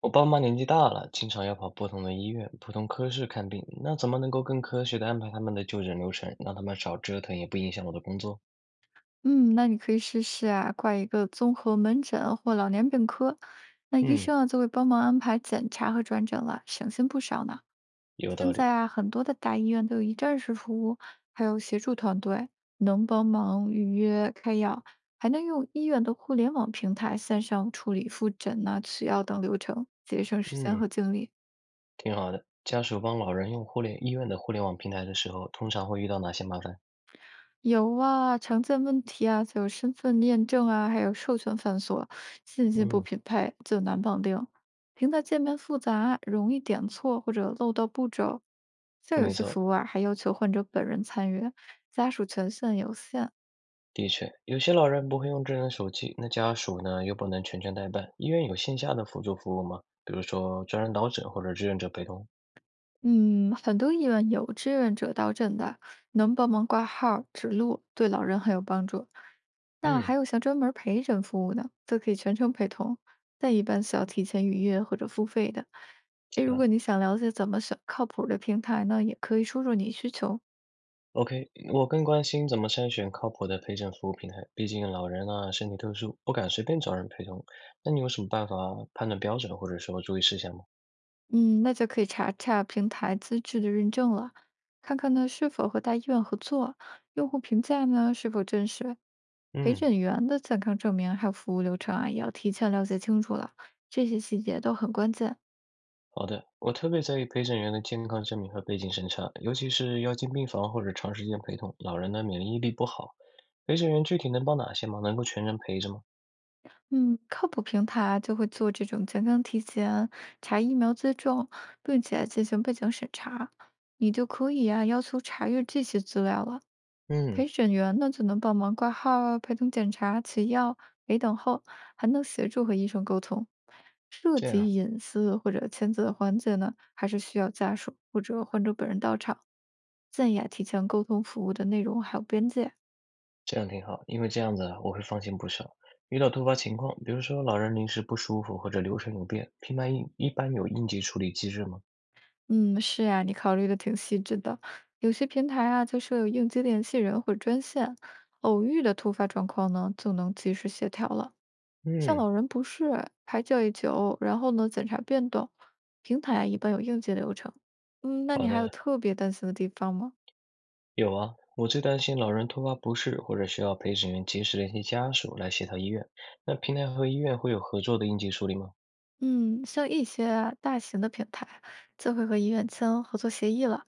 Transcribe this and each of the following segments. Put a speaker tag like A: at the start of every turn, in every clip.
A: 我爸妈年纪大了，经常要跑不同的医院、不同科室看病，那怎么能够更科学的安排他们的就诊流程，让他们少折腾，也不影响我的工作？
B: 嗯，那你可以试试啊，挂一个综合门诊或老年病科，那医
A: 嗯，
B: 生啊就会帮忙安排检查和转诊了，省心不少呢。
A: 有
B: 现
A: 道理。
B: 在啊，很多的大医院都有一站式服务，还有协助团队，能帮忙预约开药，还能用医院的互联网平台线上处理复诊呐、取药等流程，节省时间
A: 嗯，
B: 和精力。
A: 挺好的。家属帮老人用互联医院的互联网平台的时候，通常会遇到哪些麻烦？
B: 有啊，常见问题啊，就有身份验证啊，还有授权繁琐，信息不
A: 嗯，
B: 匹配就难绑定。平台界面复杂，容易点错或者漏到步骤。像有
A: 没
B: 些
A: 错，
B: 服务啊，还要求患者本人参与，家属权限有限。
A: 的确，有些老人不会用智能手机，那家属呢又不能全权代办。医院有线下的辅助服务吗？比如说专人导诊或者志愿者陪同？
B: 嗯，很多医院有志愿者到诊的，能帮忙挂号儿指路，对老人很有帮助。那还
A: 嗯，
B: 有像专门儿陪诊服务的，则可以全程陪同，但一般是要提前预约或者付费的。
A: 这
B: 诶，如果
A: 样。
B: 你想了解怎么选靠谱儿的平台呢，也可以输入你需求。
A: OK，我更关心怎么筛选靠谱的陪诊服务平台，毕竟老人啊，身体特殊，不敢随便找人陪同。那你有什么办法判断标准，或者说注意事项吗？
B: 嗯，那就可以查查平台资质的认证了，看看呢是否和大医院合作，用户评价呢是否真实，陪
A: 嗯，
B: 诊员的健康证明还有服务流程啊，也要提前了解清楚了，这些细节都很关键。
A: 好的，我特别在意陪诊员的健康证明和背景审查，尤其是要进病房或者长时间陪同，老人的免疫力不好。陪诊员具体能帮哪些忙？能够全程陪着吗？
B: 嗯，靠谱平台就会做这种健康体检、查疫苗接种，并且进行背景审查，你就可以啊要求查阅这些资料了。
A: 嗯，
B: 陪审员呢就能帮忙挂号啊、陪同检查、取药、给等候，还能协助和医生沟通。涉
A: 这样。
B: 及隐私或者签字的环节呢，还是需要家属或者患者本人到场。建议啊，提前沟通服务的内容还有边界。
A: 这样挺好，因为这样子啊我会放心不少。遇到突发情况，比如说老人临时不舒服或者流程有变，平台应一般有应急处理机制吗？
B: 嗯，是呀，你考虑的挺细致的。有些平台啊，就设有应急联系人或者专线，偶遇的突发状况呢，就能及时协调了。像
A: 嗯，
B: 老人不适、排教育久，然后呢检查变动，平台啊一般有应急流程。嗯，那你
A: 好
B: 还有
A: 的，
B: 特别担心的地方吗？
A: 有啊。我最担心老人突发不适或者需要陪审员及时联系家属来协调医院。那平台和医院会有合作的应急处理吗？
B: 嗯，像一些啊大型的平台，就会和医院签合作协议了，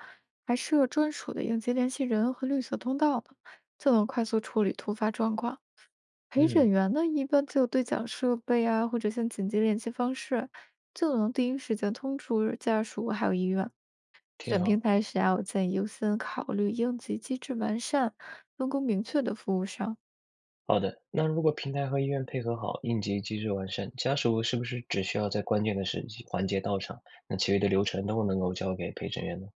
B: 还设专属的应急联系人和绿色通道呢，就能快速处理突发状况。陪诊
A: 嗯，
B: 员呢，一般就有对讲设备啊，或者像紧急联系方式，就能第一时间通知家属还有医院。
A: 挺
B: 选
A: 好。
B: 平台时啊，我建议优先考虑应急机制完善、分工明确的服务商。
A: 好的，那如果平台和医院配合好，应急机制完善，家属是不是只需要在关键的时机环节到场，那其余的流程都能够交给陪审员呢？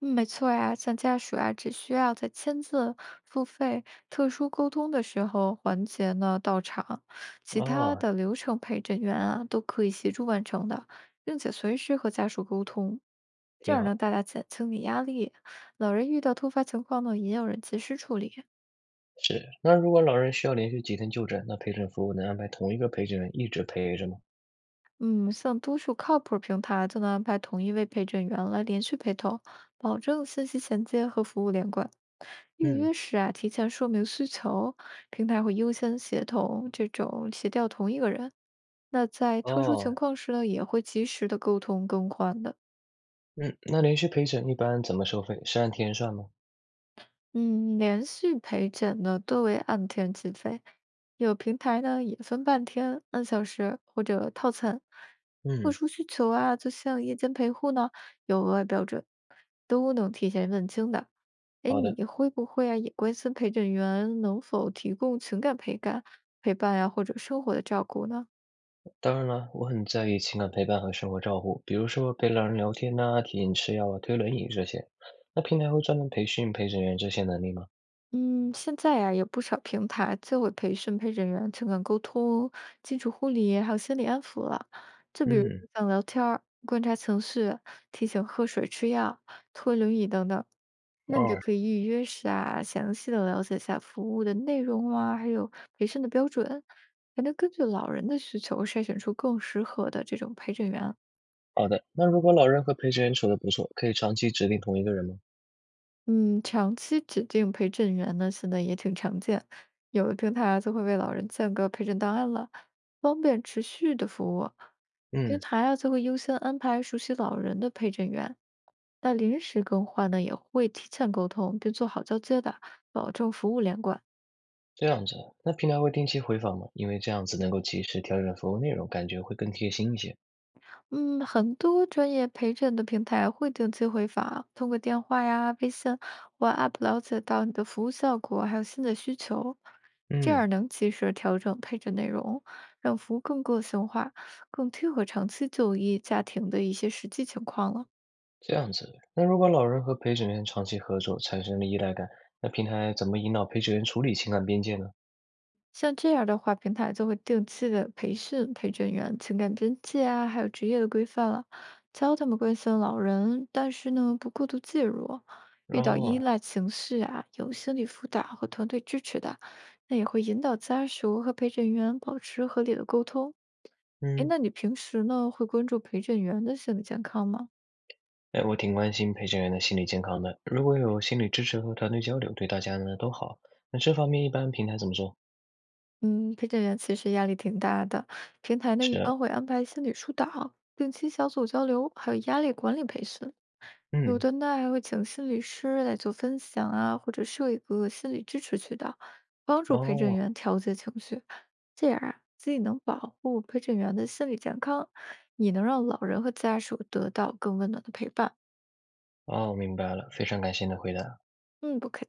B: 嗯，没错呀，像家属啊，只需要在签字、付费、特殊沟通的时候环节呢到场，其他
A: 啊，
B: 的流程陪诊员啊都可以协助完成的，并且随时和家属沟通，这
A: 挺
B: 样能
A: 好。
B: 大大减轻你压力。老人遇到突发情况呢，也有人及时处理。
A: 是，那如果老人需要连续几天就诊，那陪诊服务能安排同一个陪诊人一直陪着吗？
B: 嗯，像多数靠谱儿平台就能安排同一位陪诊员来连续陪同，保证信息衔接和服务连贯。预
A: 嗯，
B: 约时啊，提前说明需求，平台会优先协同这种协调同一个人。那在特殊
A: 哦，
B: 情况时呢，也会及时的沟通更换的。
A: 嗯，那连续陪诊一般怎么收费？是按天算吗？
B: 嗯，连续陪诊呢多为按天计费，有平台呢也分半天、按小时或者套餐。特
A: 嗯，
B: 殊需求啊，就像夜间陪护呢，有额外标准，都能提前问清的。哎，
A: 好的。
B: 你会不会啊也关心陪诊员能否提供情感陪伴、陪伴呀、或者生活的照顾呢？
A: 当然了，我很在意情感陪伴和生活照顾，比如说陪老人聊天呐、提醒吃药啊、推轮椅这些。那平台会专门培训陪诊员这些能力吗？
B: 嗯，现在呀、有不少平台就会培训陪诊员情感沟通、基础护理，还有心理安抚了。就比如说
A: 嗯，
B: 像聊天儿观察情绪、提醒喝水、吃药、推轮椅等等。那你就
A: 哦，
B: 可以预约时啊，详细的了解一下服务的内容啊，还有培训的标准，还能根据老人的需求筛选出更适合的这种陪诊员。
A: 好的。那如果老人和陪诊员处得不错，可以长期指定同一个人吗？
B: 嗯，长期指定陪诊员呢，现在也挺常见，有的平台啊就会为老人建个陪诊档案了，方便持续的服务。平
A: 嗯。
B: 台啊就会优先安排熟悉老人的陪诊员，那临时更换呢也会提前沟通，并做好交接的，保证服务连贯。
A: 这样子，那平台会定期回访吗？因为这样子能够及时调整服务内容，感觉会更贴心一些。
B: 嗯，很多专业陪诊的平台会定期回访，通过电话呀、微信或 App 了解到你的服务效果，还有新的需求，这
A: 嗯，
B: 样能及时调整配置内容，让服务更个性化，更贴合长期就医家庭的一些实际情况了。
A: 这样子。那如果老人和陪审员长期合作，产生了依赖感，那平台怎么引导陪审员处理情感边界呢？
B: 像这样的话，平台就会定期的培训陪诊员、情感边界啊，还有职业的规范了，教他们关心老人，但是呢，不过度介入。遇到依
A: 哦，
B: 赖情绪啊，有心理辅导和团队支持的，那也会引导家属和陪诊员保持合理的沟通。哎，
A: 嗯，
B: 那你平时呢会关注陪诊员的心理健康吗？
A: 哎，我挺关心陪审员的心理健康的。如果有心理支持和团队交流，对大家呢都好。那这方面一般平台怎么做？
B: 嗯，陪诊员其实压力挺大的，平台呢一
A: 是，
B: 般会安排心理疏导、定期小组交流，还有压力管理培训。有
A: 嗯，
B: 的呢还会请心理师来做分享啊，或者设一个心理支持渠道，帮助陪诊
A: 哦，
B: 员调节情绪。这样啊，既能保护陪诊员的心理健康，也能让老人和家属得到更温暖的陪伴。
A: 哦，明白了，非常感谢你的回答。
B: 嗯，不客气。